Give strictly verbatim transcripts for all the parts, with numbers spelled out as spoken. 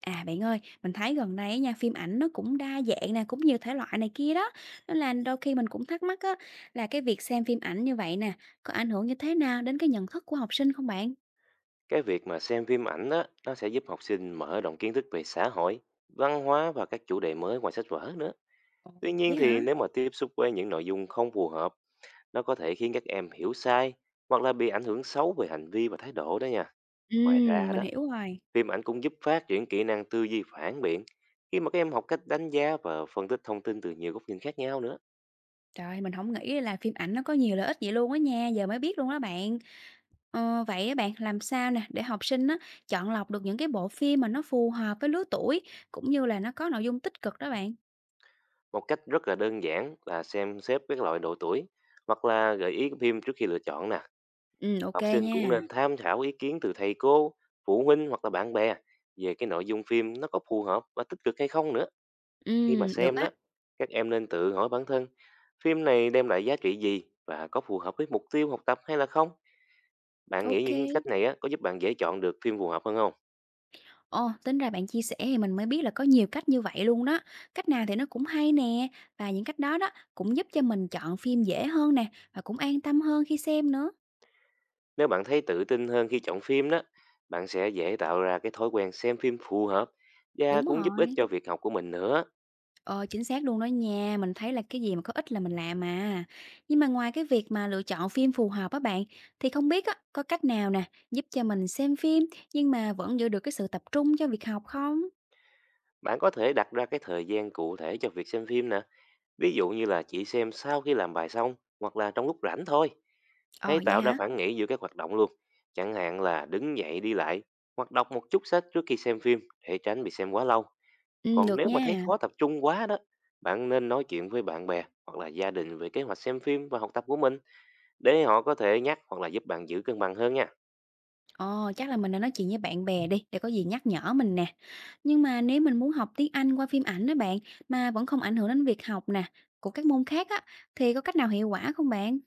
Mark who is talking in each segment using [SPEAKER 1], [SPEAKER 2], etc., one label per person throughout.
[SPEAKER 1] À, bạn ơi, mình thấy gần đây á nha, phim ảnh nó cũng đa dạng nè, cũng nhiều thể loại này kia đó. Nên là đôi khi mình cũng thắc mắc á, là cái việc xem phim ảnh như vậy nè, có ảnh hưởng như thế nào đến cái nhận thức của học sinh không bạn?
[SPEAKER 2] Cái việc mà xem phim ảnh đó, nó sẽ giúp học sinh mở rộng kiến thức về xã hội, văn hóa và các chủ đề mới ngoài sách vở nữa.
[SPEAKER 1] Ồ,
[SPEAKER 2] Tuy nhiên,
[SPEAKER 1] vậy hả?
[SPEAKER 2] thì nếu mà tiếp xúc với những nội dung không phù hợp, nó có thể khiến các em hiểu sai hoặc là bị ảnh hưởng xấu về hành vi và thái độ đó nha. Ngoài
[SPEAKER 1] Ừm,
[SPEAKER 2] ra
[SPEAKER 1] mình
[SPEAKER 2] đó,
[SPEAKER 1] hiểu rồi.
[SPEAKER 2] phim ảnh cũng giúp phát triển kỹ năng tư duy phản biện, khi mà các em học cách đánh giá và phân tích thông tin từ nhiều góc nhìn khác nhau nữa.
[SPEAKER 1] Trời, mình không nghĩ là phim ảnh nó có nhiều lợi ích vậy luôn á nha, giờ mới biết luôn đó bạn. Ờ, vậy á bạn, làm sao nè, để học sinh á, chọn lọc được những cái bộ phim mà nó phù hợp với lứa tuổi, cũng như là nó có nội dung tích cực đó bạn.
[SPEAKER 2] Một cách rất là đơn giản là xem xếp các loại độ tuổi hoặc là gợi ý phim trước khi lựa chọn nè.
[SPEAKER 1] Ừ, ok
[SPEAKER 2] Học sinh cũng
[SPEAKER 1] nha.
[SPEAKER 2] nên tham khảo ý kiến từ thầy cô, phụ huynh hoặc là bạn bè về cái nội dung phim nó có phù hợp và tích cực hay không nữa.
[SPEAKER 1] Ừ,
[SPEAKER 2] Khi mà
[SPEAKER 1] được
[SPEAKER 2] xem Ừ.
[SPEAKER 1] á.
[SPEAKER 2] đó, các em nên tự hỏi bản thân, phim này đem lại giá trị gì và có phù hợp với mục tiêu học tập hay là không? Bạn nghĩ
[SPEAKER 1] Ok.
[SPEAKER 2] những cách này á, có giúp bạn dễ chọn được phim phù hợp hơn không?
[SPEAKER 1] Ồ, tính ra bạn chia sẻ thì mình mới biết là có nhiều cách như vậy luôn đó. Cách nào thì nó cũng hay nè, và những cách đó đó cũng giúp cho mình chọn phim dễ hơn nè, và cũng an tâm hơn khi xem nữa.
[SPEAKER 2] Nếu bạn thấy tự tin hơn khi chọn phim đó, bạn sẽ dễ tạo ra cái thói quen xem phim phù hợp và
[SPEAKER 1] Đúng
[SPEAKER 2] cũng giúp ích
[SPEAKER 1] rồi.
[SPEAKER 2] cho việc học của mình nữa.
[SPEAKER 1] Ờ, chính xác luôn đó nha, mình thấy là cái gì mà có ích là mình làm mà. Nhưng mà ngoài cái việc mà lựa chọn phim phù hợp á bạn, thì không biết á, có cách nào nè, giúp cho mình xem phim nhưng mà vẫn giữ được cái sự tập trung cho việc học không?
[SPEAKER 2] Bạn có thể đặt ra cái thời gian cụ thể cho việc xem phim nè. Ví dụ như là chỉ xem sau khi làm bài xong hoặc là trong lúc rảnh thôi.
[SPEAKER 1] Ờ,
[SPEAKER 2] Hay
[SPEAKER 1] vậy
[SPEAKER 2] tạo ra
[SPEAKER 1] hả?
[SPEAKER 2] phản nghĩ giữa các hoạt động luôn. Chẳng hạn là đứng dậy đi lại hoặc đọc một chút sách trước khi xem phim để tránh bị xem quá lâu.
[SPEAKER 1] Ừ,
[SPEAKER 2] Còn
[SPEAKER 1] được
[SPEAKER 2] nếu mà thấy
[SPEAKER 1] nha.
[SPEAKER 2] khó tập trung quá đó, bạn nên nói chuyện với bạn bè hoặc là gia đình về kế hoạch xem phim và học tập của mình, để họ có thể nhắc hoặc là giúp bạn giữ cân bằng hơn nha.
[SPEAKER 1] Ồ, chắc là mình đã nói chuyện với bạn bè đi, để có gì nhắc nhở mình nè. Nhưng mà nếu mình muốn học tiếng Anh qua phim ảnh đó bạn, mà vẫn không ảnh hưởng đến việc học nè, của các môn khác á, thì có cách nào hiệu quả không bạn?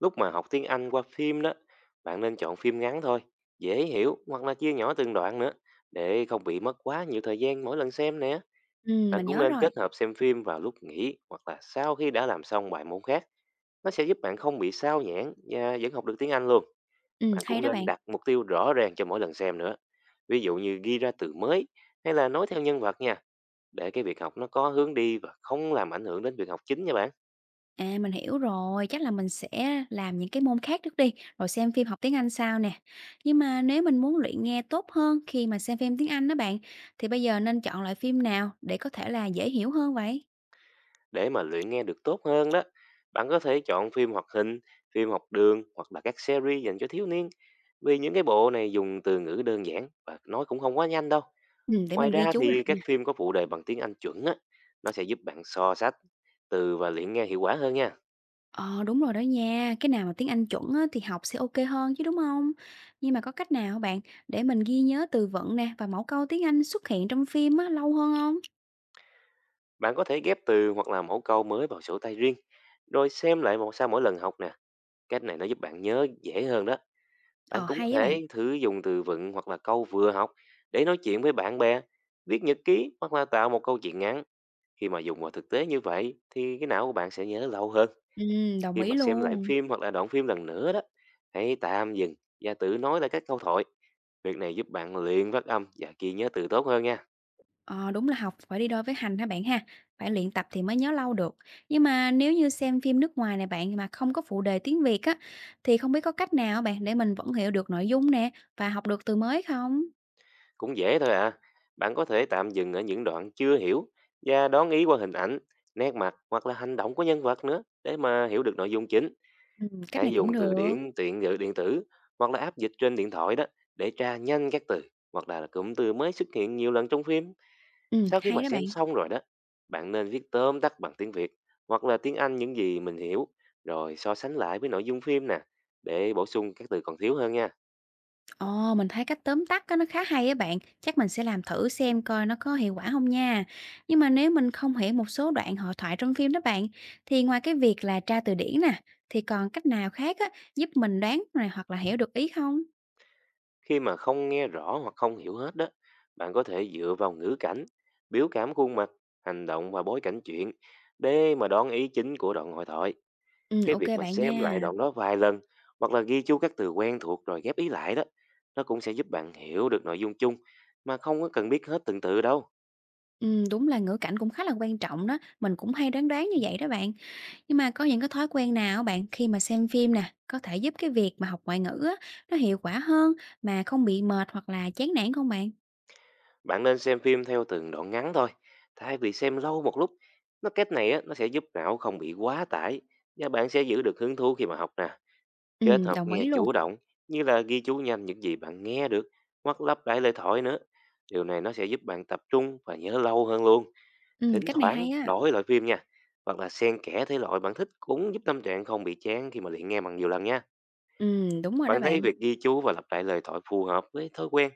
[SPEAKER 2] Lúc mà học tiếng Anh qua phim đó, bạn nên chọn phim ngắn thôi, dễ hiểu hoặc là chia nhỏ từng đoạn nữa, để không bị mất quá nhiều thời gian mỗi lần xem nè.
[SPEAKER 1] Ừm,
[SPEAKER 2] Bạn
[SPEAKER 1] mình
[SPEAKER 2] cũng
[SPEAKER 1] nhớ
[SPEAKER 2] nên
[SPEAKER 1] rồi.
[SPEAKER 2] kết hợp xem phim vào lúc nghỉ hoặc là sau khi đã làm xong bài môn khác. Nó sẽ giúp bạn không bị sao nhãng và vẫn học được tiếng Anh luôn.
[SPEAKER 1] Ừm,
[SPEAKER 2] Bạn
[SPEAKER 1] hay
[SPEAKER 2] cũng
[SPEAKER 1] đó
[SPEAKER 2] nên
[SPEAKER 1] bạn.
[SPEAKER 2] đặt mục tiêu rõ ràng cho mỗi lần xem nữa. Ví dụ như ghi ra từ mới hay là nói theo nhân vật nha. Để cái việc học nó có hướng đi và không làm ảnh hưởng đến việc học chính nha bạn.
[SPEAKER 1] À, mình hiểu rồi, chắc là mình sẽ làm những cái môn khác trước đi, rồi xem phim học tiếng Anh sau nè. Nhưng mà nếu mình muốn luyện nghe tốt hơn khi mà xem phim tiếng Anh đó bạn, thì bây giờ nên chọn loại phim nào để có thể là dễ hiểu hơn vậy?
[SPEAKER 2] Để mà luyện nghe được tốt hơn đó, bạn có thể chọn phim hoạt hình, phim học đường hoặc là các series dành cho thiếu niên. Vì những cái bộ này dùng từ ngữ đơn giản và nói cũng không quá nhanh đâu.
[SPEAKER 1] Ừm, để
[SPEAKER 2] Ngoài
[SPEAKER 1] mình ghi
[SPEAKER 2] ra
[SPEAKER 1] chú
[SPEAKER 2] thì
[SPEAKER 1] lại
[SPEAKER 2] các
[SPEAKER 1] nè.
[SPEAKER 2] phim có phụ đề bằng tiếng Anh chuẩn á, nó sẽ giúp bạn so sánh từ và luyện nghe hiệu quả hơn nha.
[SPEAKER 1] Ờ, đúng rồi đó nha, cái nào mà tiếng Anh chuẩn á, thì học sẽ OK hơn chứ, đúng không? Nhưng mà có cách nào hả bạn để mình ghi nhớ từ vựng nè và mẫu câu tiếng Anh xuất hiện trong phim á, lâu hơn không?
[SPEAKER 2] Bạn có thể ghép từ hoặc là mẫu câu mới vào sổ tay riêng, rồi xem lại một sau mỗi lần học nè. Cách này nó giúp bạn nhớ dễ hơn đó. Bạn
[SPEAKER 1] Ờ,
[SPEAKER 2] cũng có
[SPEAKER 1] hay á bạn.
[SPEAKER 2] thể thử dùng từ vựng hoặc là câu vừa học để nói chuyện với bạn bè, viết nhật ký hoặc là tạo một câu chuyện ngắn. Khi mà dùng vào thực tế như vậy, thì cái não của bạn sẽ nhớ lâu hơn.
[SPEAKER 1] Ừm, đồng
[SPEAKER 2] Khi
[SPEAKER 1] ý
[SPEAKER 2] mà xem lại
[SPEAKER 1] luôn.
[SPEAKER 2] phim hoặc là đoạn phim lần nữa đó, hãy tạm dừng và tự nói lại các câu thoại. Việc này giúp bạn luyện phát âm và ghi nhớ từ tốt hơn nha.
[SPEAKER 1] Ờ, đúng là học phải đi đôi với hành hả bạn ha, phải luyện tập thì mới nhớ lâu được. Nhưng mà nếu như xem phim nước ngoài này bạn, mà không có phụ đề tiếng Việt á, thì không biết có cách nào hả bạn để mình vẫn hiểu được nội dung nè, và học được từ mới không?
[SPEAKER 2] Cũng dễ thôi à. Bạn có thể tạm dừng ở những đoạn chưa hiểu và đón ý qua hình ảnh, nét mặt hoặc là hành động của nhân vật nữa, để mà hiểu được nội dung chính.
[SPEAKER 1] Ừm, cách
[SPEAKER 2] Hãy, ừ,
[SPEAKER 1] này cũng
[SPEAKER 2] dùng từ
[SPEAKER 1] được.
[SPEAKER 2] điển tiện ngữ điện tử hoặc là app dịch trên điện thoại đó, để tra nhanh các từ hoặc là cụm từ mới xuất hiện nhiều lần trong phim.
[SPEAKER 1] Ừm,
[SPEAKER 2] Sau khi
[SPEAKER 1] hay
[SPEAKER 2] mà
[SPEAKER 1] đó bạn.
[SPEAKER 2] xem xong rồi đó, bạn nên viết tóm tắt bằng tiếng Việt hoặc là tiếng Anh những gì mình hiểu, rồi so sánh lại với nội dung phim nè, để bổ sung các từ còn thiếu hơn nha.
[SPEAKER 1] Ồ, mình thấy cách tóm tắt á nó khá hay á bạn, chắc mình sẽ làm thử xem coi nó có hiệu quả không nha. Nhưng mà nếu mình không hiểu một số đoạn hội thoại trong phim đó bạn, thì ngoài cái việc là tra từ điển nè, thì còn cách nào khác á, giúp mình đoán này hoặc là hiểu được ý không?
[SPEAKER 2] Khi mà không nghe rõ hoặc không hiểu hết đó, bạn có thể dựa vào ngữ cảnh, biểu cảm khuôn mặt, hành động và bối cảnh chuyện để mà đoán ý chính của đoạn hội thoại.
[SPEAKER 1] Ừm,
[SPEAKER 2] Cái
[SPEAKER 1] ok
[SPEAKER 2] việc mà
[SPEAKER 1] bạn
[SPEAKER 2] xem lại
[SPEAKER 1] nha.
[SPEAKER 2] đoạn đó vài lần hoặc là ghi chú các từ quen thuộc rồi ghép ý lại đó, nó cũng sẽ giúp bạn hiểu được nội dung chung mà không có cần biết hết từng từ đâu.
[SPEAKER 1] Ừm, đúng là ngữ cảnh cũng khá là quan trọng đó, mình cũng hay đoán đoán như vậy đó bạn. Nhưng mà có những cái thói quen nào á bạn, khi mà xem phim nè, có thể giúp cái việc mà học ngoại ngữ á, nó hiệu quả hơn mà không bị mệt hoặc là chán nản không bạn?
[SPEAKER 2] Bạn nên xem phim theo từng đoạn ngắn thôi, thay vì xem lâu một lúc. Nó cách này á, nó sẽ giúp não không bị quá tải và bạn sẽ giữ được hứng thú khi mà học nè. Kết
[SPEAKER 1] Ừm,
[SPEAKER 2] hợp
[SPEAKER 1] đồng
[SPEAKER 2] nghe
[SPEAKER 1] ý luôn.
[SPEAKER 2] chủ động, như là ghi chú nhanh những gì bạn nghe được hoặc lắp lại lời thoại nữa. Điều này nó sẽ giúp bạn tập trung và nhớ lâu hơn luôn.
[SPEAKER 1] Ừm,
[SPEAKER 2] Thỉnh
[SPEAKER 1] cách này
[SPEAKER 2] thoảng
[SPEAKER 1] hay á.
[SPEAKER 2] đổi loại phim nha hoặc là xen kẽ thể loại bạn thích, cũng giúp tâm trạng không bị chán khi mà luyện nghe bằng nhiều lần nha.
[SPEAKER 1] Ừm, đúng rồi đó
[SPEAKER 2] Bạn thấy
[SPEAKER 1] bạn.
[SPEAKER 2] việc ghi chú và lặp lại lời thoại phù hợp với thói quen,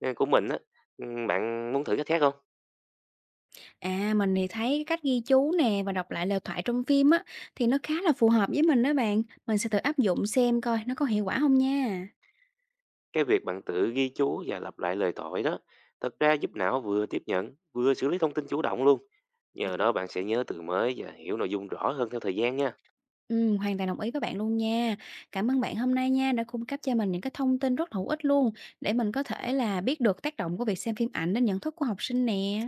[SPEAKER 2] ừ, của mình á, ừ, bạn muốn thử cách khác không?
[SPEAKER 1] À, mình thì thấy cái cách ghi chú nè và đọc lại lời thoại trong phim á, thì nó khá là phù hợp với mình đó bạn. Mình sẽ thử áp dụng xem coi nó có hiệu quả không nha.
[SPEAKER 2] Cái việc bạn tự ghi chú và lặp lại lời thoại đó, thật ra giúp não vừa tiếp nhận, vừa xử lý thông tin chủ động luôn. Nhờ đó bạn sẽ nhớ từ mới và hiểu nội dung rõ hơn theo thời gian nha.
[SPEAKER 1] Ừm, hoàn toàn đồng ý với bạn luôn nha. Cảm ơn bạn hôm nay nha, đã cung cấp cho mình những cái thông tin rất hữu ích luôn, để mình có thể là biết được tác động của việc xem phim ảnh đến nhận thức của học sinh nè.